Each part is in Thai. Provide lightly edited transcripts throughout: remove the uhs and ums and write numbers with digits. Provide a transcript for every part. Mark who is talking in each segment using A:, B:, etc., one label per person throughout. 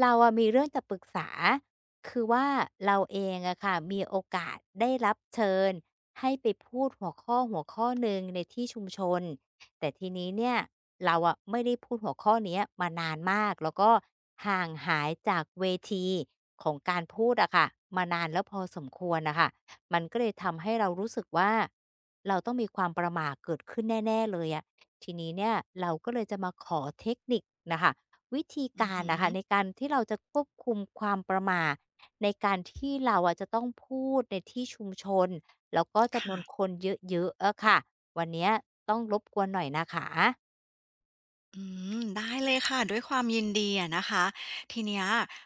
A: เราอะมีเรื่องจะปรึกษาคือว่าเราเองอะค่ะมีโอกาสได้รับเชิญให้ไปพูดหัวข้อหัวข้อหนึ่งในที่ชุมชนแต่ทีนี้เนี่ยเราอะไม่ได้พูดหัวข้อเนี้ยมานานมากแล้วก็ห่างหายจากเวทีของการพูดอะค่ะมานานแล้วพอสมควรน่ะค่ะมันก็เลยทำให้เรารู้สึกว่าเราต้องมีความประหม่าเกิดขึ้นแน่ๆเลยอะทีนี้เนี่ยเราก็เลยจะมาขอเทคนิคน่ะค่ะ วิธี
B: อือ
A: การ
B: ฮึ
A: นะคะในการที่เราจะควบคุมความประหม่าในการที่เราอะจะต้องพูดในที่ชุมชนแล้วก็จำนวนค
B: ค่ะ
A: นเยอะๆอะค่ะวันเนี้ยต้องรบกวนหน่อยนะคะ
B: อืได้เลยค่ะด้วยความยินดีอะนะคะทีเนี้ย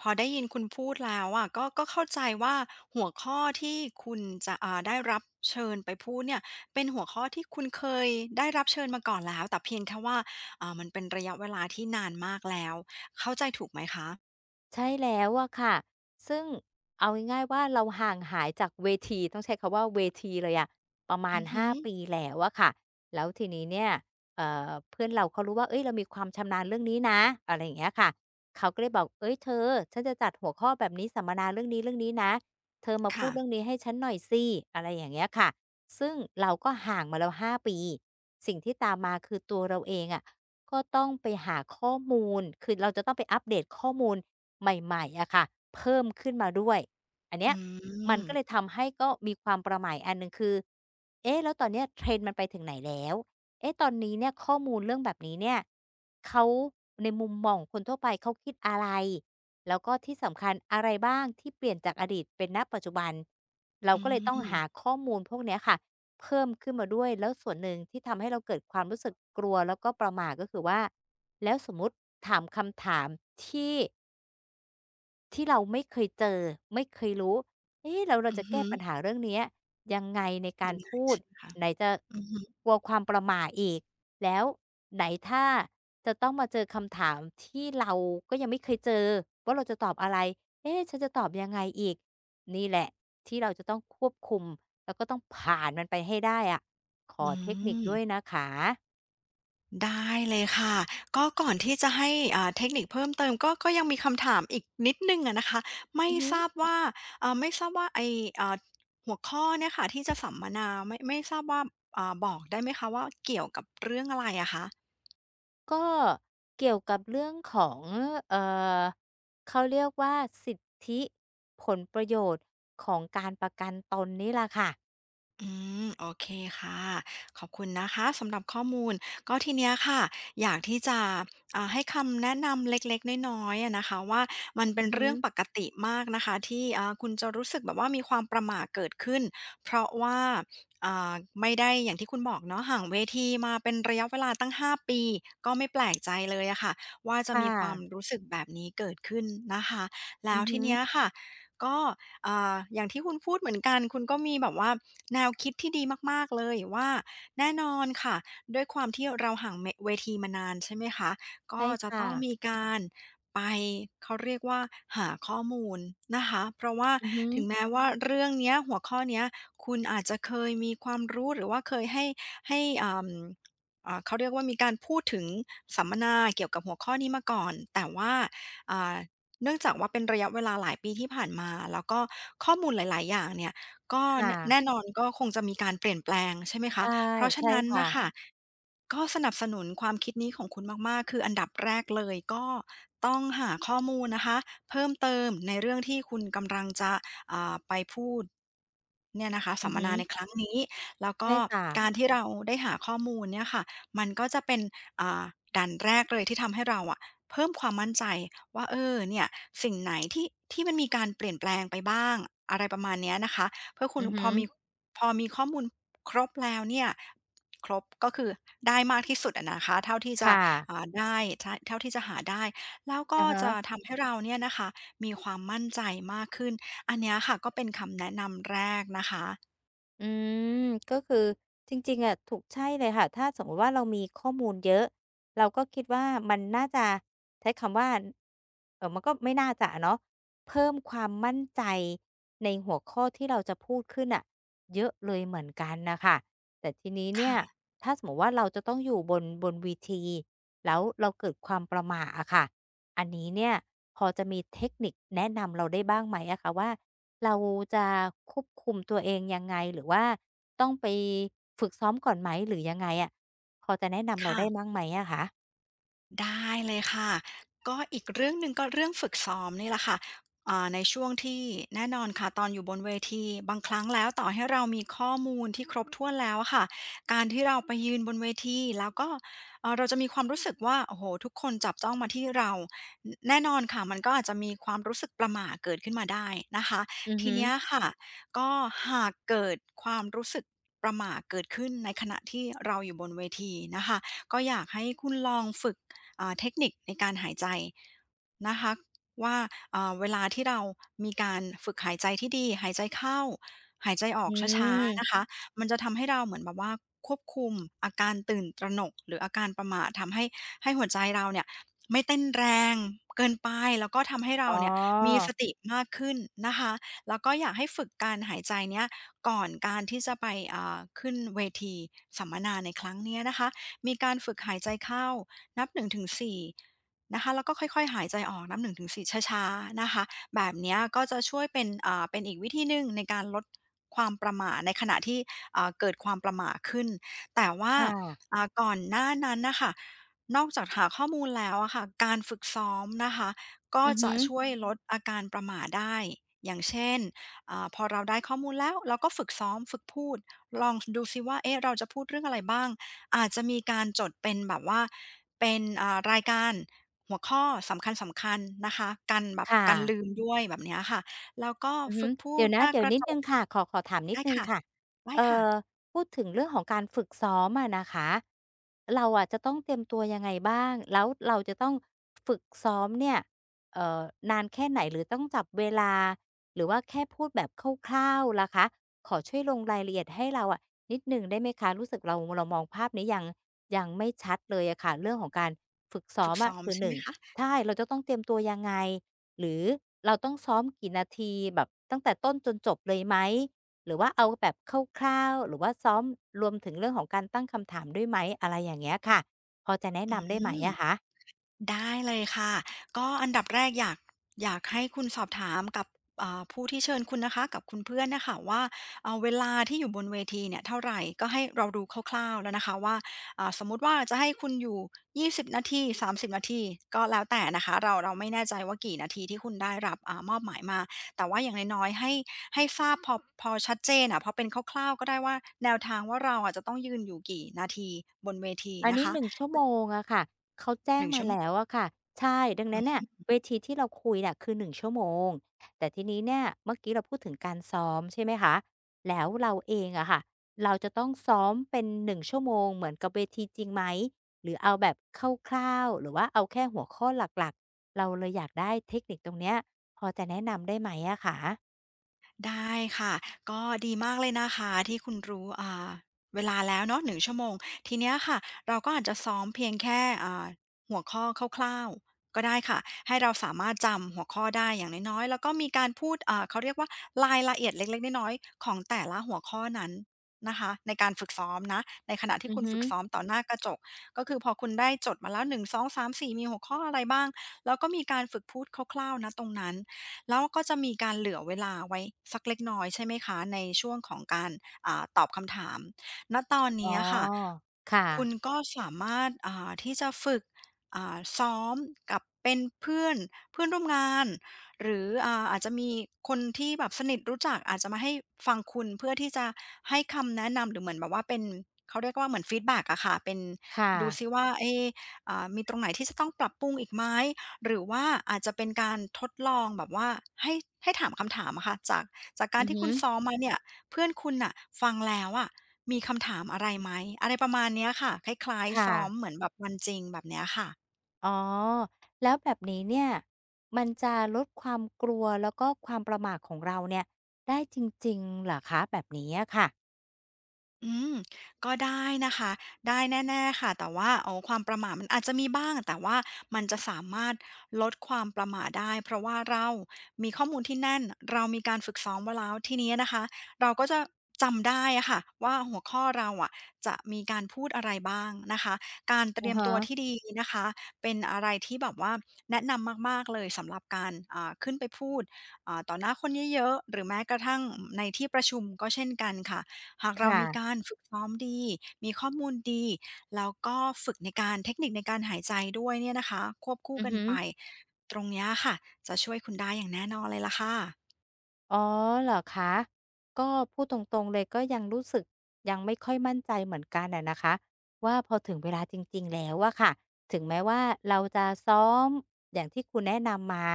B: พอได้ยินคุณพูดแล้วอะก็เข้าใจว่าหัวข้อที่คุณจะได้รับเชิญไปพูดเนี่ยเป็นหัวข้อที่คุณเคยได้รับเชิญมาก่อนแล้วแต่เพียงแค่ว่ามันเป็นระยะเวลาที่นานมากแล้วเข้าใจถูกไหมคะ
A: ใช่แล้วอะค่ะซึ่งเอาง่ายๆว่าเราห่างหายจากเวทีต้องใช้คำว่าเวทีเลยอะประมาณ
B: อือฮึ
A: ห้าปีแล้วอะค่ะแล้วทีนี้เนี่ยเพื่อนเราเขารู้ว่าเฮ้ยเรามีความชำนาญเรื่องนี้นะอะไรอย่างเงี้ยค่ะเขาก็เลยบอกเฮ้ยเธอฉันจะจัดหัวข้อแบบนี้สัมมนาเรื่องนี้ๆนะเธอมาพูดเรื่อง
B: ค่ะ
A: นี้ให้ฉันหน่อยสิอะไรอย่างเงี้ยค่ะซึ่งเราก็ห่างมาแล้วห้าปีสิ่งที่ตามมาคือตัวเราเองอะ ก็ต้องไปหาข้อมูลคือเราจะต้องไปอัปเดตข้อมูลใหม่ๆอะค่ะเพิ่มขึ้นมาด้วยอันเนี้
B: อื
A: ยมัน
B: ม
A: ก็เลยทำให้ก็มีความประหม่าอันหนึ่งคือเอ๊ะแล้วตอนเนี้ย Trend มันไปถึงไหนแล้วเอ๊ะตอนนี้เนี่ยข้อมูลเรื่องแบบนี้เนี่ยเขาในมุมมองของคนทั่วไปเขาคิดอะไรแล้วก็ที่สำคัญอะไรบ้างที่เปลี่ยนจากอดีตเป็นณปัจจุบัน เรา
B: อื
A: ก็เลยต้องหา
B: ม
A: ข้อมูลพวกเนี้ยค่ะ เพิ่มขึ้นมาด้วยแล้วส่วนหนึ่งที่ทำให้เราเกิดความรู้สึกกลัวแล้วก็ประหม่าก็คือว่าแล้วสมมุติถามคำถามที่ ที่เราไม่เคยเจอไม่เคยรู้เอ๊ะแล้วเรา
B: อื
A: จะ
B: อ
A: แก้
B: ฮึ
A: ปัญหาเรื่องเนี้ยยังไงในการ
B: ยังไง
A: พูด
B: ใช่ไหมคะ
A: ไหนจะ
B: อือหือ
A: กลัวความประหม่าอีกแล้วไหนถ้าจะต้องมาเจอคำถามที่เราก็ยังไม่เคยเจอว่าเราจะตอบอะไรเอ๊ะฉันจะตอบยังไงอีกนี่แหละที่เราจะต้องควบคุมแล้วก็ต้องผ่านมันไปให้ได้อะขอ
B: อื
A: เทคนิคด้วย
B: ม
A: นะคะ
B: ได้เลยค่ะก็ก่อนที่จะให้เทคนิคเพิ่มเติมก็ยังมีคำถามอีกนิดหนึ่งอะนะคะไม่
A: อือฮึ
B: ทราบว่าไม่ทราบว่าไออ่าหัวข้อเนี่ยค่ะที่จะสัมมนาไม่ทราบว่าบอกได้ไหมคะว่าเกี่ยวกับเรื่องอะไรอะคะ
A: ก็เกี่ยวกับเรื่องของเอ่อเขาเรียกว่าสิทธิผลประโยชน์ของการประกันตนนี่แหละค่ะ
B: อืมโอเคค่ะขอบคุณนะคะสำหรับข้อมูลก็ทีเนี้ยค่ะอยากที่จะให้คำแนะนำเล็กๆน้อยๆอะนะคะว่ามันเป็
A: อื
B: น
A: อฮึ
B: เรื่องปกติมากนะคะที่คุณจะรู้สึกแบบว่ามีความประหม่าเกิดขึ้นเพราะว่าอ่าไม่ได้อย่างที่คุณบอกเนาะห่างเวทีมาเป็นระยะเวลาตั้ง5ปีก็ไม่แปลกใจเลยอะค่ะว่าจะ
A: ค่
B: มีความ
A: ะ
B: รู้สึกแบบนี้เกิดขึ้นนะคะแล้
A: อื
B: ว
A: อ
B: ที
A: ฮึ
B: เนี้ยค่ะก็ อย่างที่คุณพูดเหมือนกัน คุณก็มีแบบว่าแนวคิดที่ดีมากๆ เลยว่าแน่นอนค่ะด้วยความที่เราห่างเมเวทีมานานใช่ไหมคะก็
A: ใช่
B: จะ
A: ค่ะ
B: ต้องมีการไปเขาเรียกว่าหาข้อมูลนะคะเพราะว่า
A: อือฮึ
B: ถึงแม้ว่าเรื่องเนี้ยหัวข้อเนี้ยคุณอาจจะเคยมีความรู้หรือว่าเคยให้เขาเรียกว่ามีการพูดถึงสัมมนาเกี่ยวกับหัวข้อนี้มาก่อนแต่ว่าอ่า เนื่องจากว่าเป็นระยะเวลาหลายปีที่ผ่านมาแล้วก็ข้อมูลหลายๆอย่างเนี่ยก็
A: ค่ะ
B: แน่นอนก็คงจะมีการเปลี่ยนแปลงใช่ไหมคะ
A: ใช่
B: เพราะฉะ
A: ใช่
B: นั้น
A: ค่ะ
B: น่ะค่ะก็สนับสนุนความคิดนี้ของคุณมาก ๆ คืออันดับแรกเลยก็ต้องหาข้อมูลนะคะเพิ่มเติมในเรื่องที่คุณกำลังจะไปพูดเนี่ยนะคะ
A: อื
B: สั
A: อ
B: มม
A: ฮึ
B: นาในครั้งนี้แล้ว
A: ใช่
B: ก็
A: ค่ะ
B: การที่เราได้หาข้อมูลเนี่ยค่ะมันก็จะเป็นอ่าด่านแรกเลยที่ทำให้เราอะ เพิ่มความมั่นใจว่าเออเนี่ยสิ่งไหนที่มันมีการเปลี่ยนแปลงไปบ้างอะไรประมาณเนี้ยนะคะเพื่อคุ
A: อื
B: ณ
A: อ
B: พ
A: ฮึ
B: อมีพอมีข้อมูลครบแล้วเนี่ยครบก็คือได้มากที่สุดอะนะคะเท่าที่จะ
A: ค่ะ
B: ได้ทเท่าที่จะหาได้แล้วก็
A: อะฮะ
B: จะทำให้เราเนี่ยนะคะมีความมั่นใจมากขึ้นอันเนี้ยค่ะก็เป็นคำแนะนำแรกนะคะ
A: อืมก็คือจริงๆอะถูกใช่เลยค่ะถ้าสมมติว่าเรามีข้อมูลเยอะเราก็คิดว่ามันน่าจะใช้คำว่าเออมันก็ไม่น่าจะเนาะเพิ่มความมั่นใจในหัวข้อที่เราจะพูดขึ้นอ่ะเยอะเลยเหมือนกันนะค่ะแต่ทีนี้เนี่ย
B: ค่ะ
A: ถ้าสมมติว่าเราจะต้องอยู่บนววทีแล้วเราเกิดความประหม่าอะค่ะอันนี้เนี่ยพอจะมีเทคนิคแนะนำเราได้บ้างไหมอะคะว่า เราจะควบคุมตัวเองยังไงหรือว่าต้องไปฝึกซ้อมก่อนไหมหรือยังไงอะพอจะแนะนำเราได้
B: ค่ะ
A: บ้างไหมอะคะ
B: ได้เลยค่ะก็อีกเรื่องหนึ่งก็เรื่องฝึกซ้อมนี่แหละค่ะในช่วงที่แน่นอนค่ะตอนอยู่บนเวทีบางครั้งแล้วต่อให้เรามีข้อมูลที่ครบถ้วนแล้วอะค่ะการที่เราไปยืนบนเวทีแล้วก็เราจะมีความรู้สึกว่าโอ้โฮทุกคนจับจ้องมาที่เรานแน่นอนค่ะมันก็อาจจะมีความรู้สึกประหม่าเกิดขึ้นมาได้นะคะ
A: อือ
B: ที
A: ฮึ
B: เนี้ยค่ะก็หากเกิดความรู้สึกประหม่าเกิดขึ้นในขณะที่เราอยู่บนเวทีนะคะก็อยากให้คุณลองฝึก เทคนิคในการหายใจนะคะว่าเวลาที่เรามีการฝึกหายใจที่ดีหายใจเข้าหายใจออ
A: อื
B: กช้าๆนะคะ
A: ม
B: มันจะทำให้เราเหมือนแบบว่าควบคุมอาการตื่นตระหนกหรืออาการประหม่าททำให้หัวใจเราเนี่ยไม่เต้นแรงเกินไปแล้วก็ทำให้
A: อ๋
B: เรา
A: อ
B: เนี่ยมีสติมากขึ้นนะคะแล้วก็อยากให้ฝึกการหายใจเนี้ยก่อนการที่จะไปขึ้นเวทีสัมมนาในครั้งเนี้ยนะคะมีการฝึกหายใจเข้า นับ1-4นงถึงสี่นะคะแล้วก็ค่อยๆหายใจออกนับ1-4ช้าๆนะคะแบบเนี้ยก็จะช่วยเป็นเป็นอีกวิธีหนึ่งในการลดความประหม่าในขณะที่เกิดความประหม่าขึ้นแต่ว่า
A: ค่ะ
B: ก่อนหน้านั้นน่ะค่ะนอกจากหาข้อมูลแล้วอะค่ะการฝึกซ้อมนะคะก็
A: อือ
B: จะ
A: ฮึ
B: ช่วยลดอาการประหม่าได้อย่างเช่นพอเราได้ข้อมูลแล้วเราก็ฝึกซ้อมฝึกพูดลองสดูซิว่าเอ๊ะเราจะพูดเรื่องอะไรบ้าง อาจจะมีการจดเป็นแบบว่าเป็นรายการหัวข้อสำคัญนะคะกันแบบ
A: ค
B: กันลื
A: ่ะ
B: มด้วยแบบเนี้ยค่ะแล้วก็
A: อือฮึ
B: ฝึกพู
A: เดี๋ย
B: ด
A: ว
B: ห
A: นะ
B: น้า
A: เดี๋ย
B: ก
A: ว
B: ระ
A: นิด
B: จ
A: หนึ่
B: ก
A: งค่ะขอถามนิด
B: ได้
A: หนึ่ง
B: ค่ะ
A: ค่ะ
B: ได้
A: เอ่
B: ค่ะ
A: อพูดถึงเรื่องของการฝึกซ้อมอะนะคะเราอะจะต้องเตรียมตัวยังไงบ้างแล้วเราจะต้องฝึกซ้อมเนี่ยเอ่อนานแค่ไหนหรือต้องจับเวลาหรือว่าแค่พูดแบบคร่าวๆล่ะคะขอช่วยลงรายละเอียดให้เราอะนิดหนึ่งได้ไหมคะรู้สึกเรามองภาพนี้ยังไม่ชัดเลยอะค่ะเรื่องของการฝึกซ้อ
B: ฝึ
A: ม
B: ก
A: อะ
B: ซ้อม
A: คือห
B: ใช่ไห
A: นึ่
B: ม
A: ง
B: คะ
A: ใช่เราจะต้องเตรียมตัวยังไง หรือเราต้องซ้อมกี่นาทีแบบตั้งแต่ต้นจนจบเลยไหมหรือว่าเอาแบบคร่าวๆหรือว่าซ้อมรวมถึงเรื่องของการตั้งคำถามด้วยไหมอะไรอย่างเงี้ยค่ะพอจะแนะ
B: อื
A: นำได้ไหมอะ
B: ม
A: คะ
B: ได้เลยค่ะก็อันดับแรกอยากให้คุณสอบถามกับผู้ที่เชิญคุณนะคะกับคุณเพื่อนนะคะว่าเวลาที่อยู่บนเวทีเนี่ยเท่าไหร่ก็ให้เราดูคร่าวๆแล้วนะคะว่าสมมุติว่าจะให้คุณอยู่20นาที30นาทีก็แล้วแต่นะคะเราไม่แน่ใจว่ากี่นาทีที่คุณได้รับมอบหมายมาแต่ว่าอย่างน้อยๆให้ทราบพอชัดเจนอะพอเป็นคร่าวๆก็ได้ว่าแนวทางว่าเราอะจะต้องยืนอยู่กี่นาทีบนเวที
A: อัน
B: นะ
A: นี้
B: คะ
A: 1 ชั่วโมงชั่วโมงอะค่ะเขาแจ้
B: ห
A: ง
B: นึ่ง
A: มา
B: ชั่วโม
A: แล้ว
B: ง
A: อะค่ะใช่ดังนั้นเนี่ยเวทีที่เราคุยเนี่ยคือ1 ชั่วโมงชั่วโมงแต่ทีนี้เนี่ยเมื่อกี้เราพูดถึงการซ้อมใช่ไหมคะแล้วเราเองอะค่ะเราจะต้องซ้อมเป็น1 ชั่วโมงเหมือนกับเวทีจริงไหมหรือเอาแบบคร่าวๆหรือว่าเอาแค่หัวข้อหลักๆเราเลยอยากได้เทคนิคตรงเนี้ยพอจะแนะนำได้ไหมอะคะ
B: ได้ค่ะก็ดีมากเลยนะคะที่คุณรู้เวลาแล้วเนาะหนึ่งชั่วโมงทีเนี้ยค่ะเราก็อาจจะซ้อมเพียงแค่หัวข้อคร่าวๆก็ได้ค่ะให้เราสามารถจำหัวข้อได้อย่างน้อยๆแล้วก็มีการพูดเขาเรียกว่ารายละเอียดเล็กๆน้อยๆของแต่ละหัวข้อนั้นนะคะในการฝึกซ้อมนะในขณะที่
A: อือ
B: คุณ
A: ฮึ
B: ฝึกซ้อมต่อหน้ากระจกก็คือพอคุณได้จดมาแล้วหนึ่งสองสามสีมีหัวข้ออะไรบ้างแล้วก็มีการฝึกพูดคร่าวๆนะตรงนั้น แล้วก็จะมีการเหลือเวลาไว้สักเล็กน้อยใช่ไหมคะในช่วงของการตอบคำถามณตอน
A: อ๋อ
B: นี้อะค่ะ
A: ค่ะ
B: คุณก็สามารถที่จะฝึกซ้อมกับเป็นเพื่อนเพื่อนร่วมงานหรืออาจจะมีคนที่แบบสนิทรู้จักอาจจะมาให้ฟังคุณเพื่อที่จะให้คำแนะนำหรือเหมือนแบบว่าเป็นเขาเรียกว่าเหมือนฟีดแบ็กอะค่ะเป็น
A: ค่ะ
B: ดูซิว่าเอ๊มีตรงไหนที่จะต้องปรับปรุงอีกไหม หรือว่าอาจจะเป็นการทดลองแบบว่าให้ให้ถามคำถามอะค่ะจากกา
A: อื
B: ร
A: อ
B: ที่
A: ฮึ
B: คุณซ้อมมาเนี่ยเพื่อนคุณน่ะฟังแล้วอะมีคำถามอะไรไหมอะไรประมาณเนี้ยค่ะคล้ายๆ
A: ค่ะ
B: ซ้อมเหมือนแบบวันจริงแบบเนี้ยค่ะ
A: อ๋อแล้วแบบนี้เนี่ยมันจะลดความกลัวแล้วก็ความประหม่าของเราเนี่ยได้จริงๆเหรอคะแบบนี้อะค่ะ
B: อืมก็ได้นะคะได้แน่ๆค่ะแต่ว่าอ๋อความประมาทมันอาจจะมีบ้างแต่ว่ามันจะสามารถลดความประมาทได้เพราะว่าเรามีข้อมูลที่แน่นเรามีการฝึกซ้อมไว้แล้วทีนี้นะคะเราก็จะจำได้อะค่ะว่าหัวข้อเราอะจะมีการพูดอะไรบ้างนะคะการเต
A: อะ
B: รียม
A: ฮะ
B: ตัวที่ดีนะคะเป็นอะไรที่แบบว่าแนะนำมากๆเลยสำหรับการขึ้นไปพูดต่อหน้าคนเยอะๆหรือแม้กระทั่งอืมในที่ประชุมก็เช่นกันค่ะ หากเรา
A: ค่ะ
B: มีการฝึกซ้อมดี มีข้อมูลดี แล้วก็ฝึกในการเทคนิคในการหายใจด้วยเนี่ยนะคะควบคู่
A: อือ
B: กัน
A: ฮึ
B: ไปตรงเนี้ยค่ะ จะช่วยคุณได้อย่างแน่นอนเลยล่ะค่ะ
A: อ๋อเหรอคะก็พูดตรงๆเลยก็ยังรู้สึกไม่ค่อยมั่นใจเหมือนกันอะนะคะว่าพอถึงเวลาจริงๆแล้วอะค่ะถึงแม้ว่าเราจะซ้อมอย่างที่คุณแนะนำมา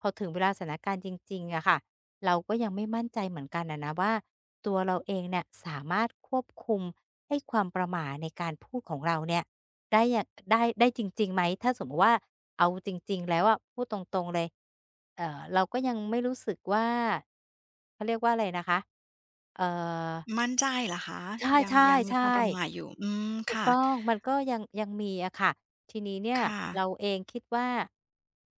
A: พอถึงเวลาสถานการณ์จริงๆอะค่ะเราก็ยังไม่มั่นใจเหมือนกันอะนะว่าตัวเราเองเนี่ยสามารถควบคุมให้ความประหม่าในการพูดของเราเนี่ย ได้จริงๆไหมถ้าสมมุติว่าเอาจริงๆแล้วอะพูดตรงๆเลยเราก็ยังไม่รู้สึกว่าเขาเรียกว่าอะไรนะคะเอ่อ
B: มั่นใจเหรอคะ
A: ใ
B: ยังยังมี
A: ช่
B: ความประห
A: ๆ
B: ม่าอยู่ อืม
A: ๆถูก
B: ค่ะ
A: ต้องมันก็ยังมีอะค่ะทีนี้เนี่ย
B: ค่ะ
A: เราเองคิดว่า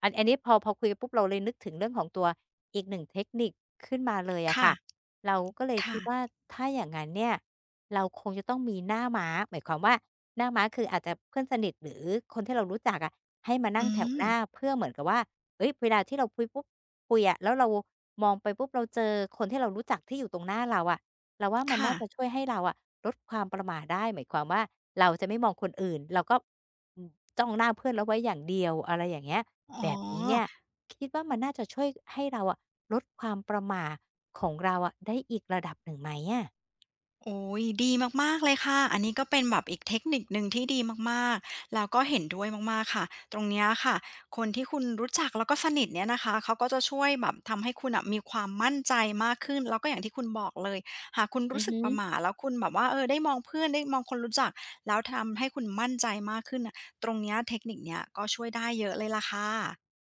A: อันนี้พอคุยปุ๊บเราเลยนึกถึงเรื่องของตัวอีกหนึ่งเทคนิคขึ้นมาเลยอะ
B: ค่ะ
A: ค่ะเราก็เลยคิดว่า
B: ค่ะ
A: ถ้าอย่างงั้นเนี่ยเราคงจะต้องมีหน้าม้าหมายความว่าหน้าม้าคืออาจจะเพื่อนสนิทหรือคนที่เรารู้จักอะให้มานั่
B: อื
A: งแถว
B: ม
A: หน้าเพื่อเหมือนกับว่าเฮ้ยเวลาที่เราคุยปุ๊บคุยอะแล้วเรามองไปปุ๊บเราเจอคนที่เรารู้จักที่อยู่ตรงหน้าเราอะ เราว่ามัน
B: ค่ะ
A: น่าจะช่วยให้เราอะลดความประหม่าได้หมายความว่าเราจะไม่มองคนอื่นเราก็อืมจ้องหน้าเพื่อนแล้วไว้อย่างเดียวอะไรอย่างเงี้ย
B: อ๋อ
A: แบบนี้เนี่ยคิดว่ามันน่าจะช่วยให้เราอะลดความประหม่าของเราอะได้อีกระดับหนึ่งไหมอะ
B: โอ้ยดีมากๆเลยค่ะอันนี้ก็เป็นแบบอีกเทคนิคหนึ่งที่ดีมากๆแล้วก็เห็นด้วยมากๆค่ะตรงเนี้ยค่ะคนที่คุณรู้จักแล้วก็สนิทเนี่ยนะคะเขาก็จะช่วยแบบทำให้คุณอะมีความมั่นใจมากขึ้นแล้วก็อย่างที่คุณบอกเลยหากคุณ
A: อื
B: รู้
A: อ
B: สึ
A: ฮึ
B: กประหม่าแล้วคุณแบบว่าเออได้มองเพื่อนได้มองคนรู้จักแล้วทำให้คุณมั่นใจมากขึ้นน่ะตรงเนี้ยเทคนิคเนี้ยก็ช่วยได้เยอะเลยล่ะค่ะ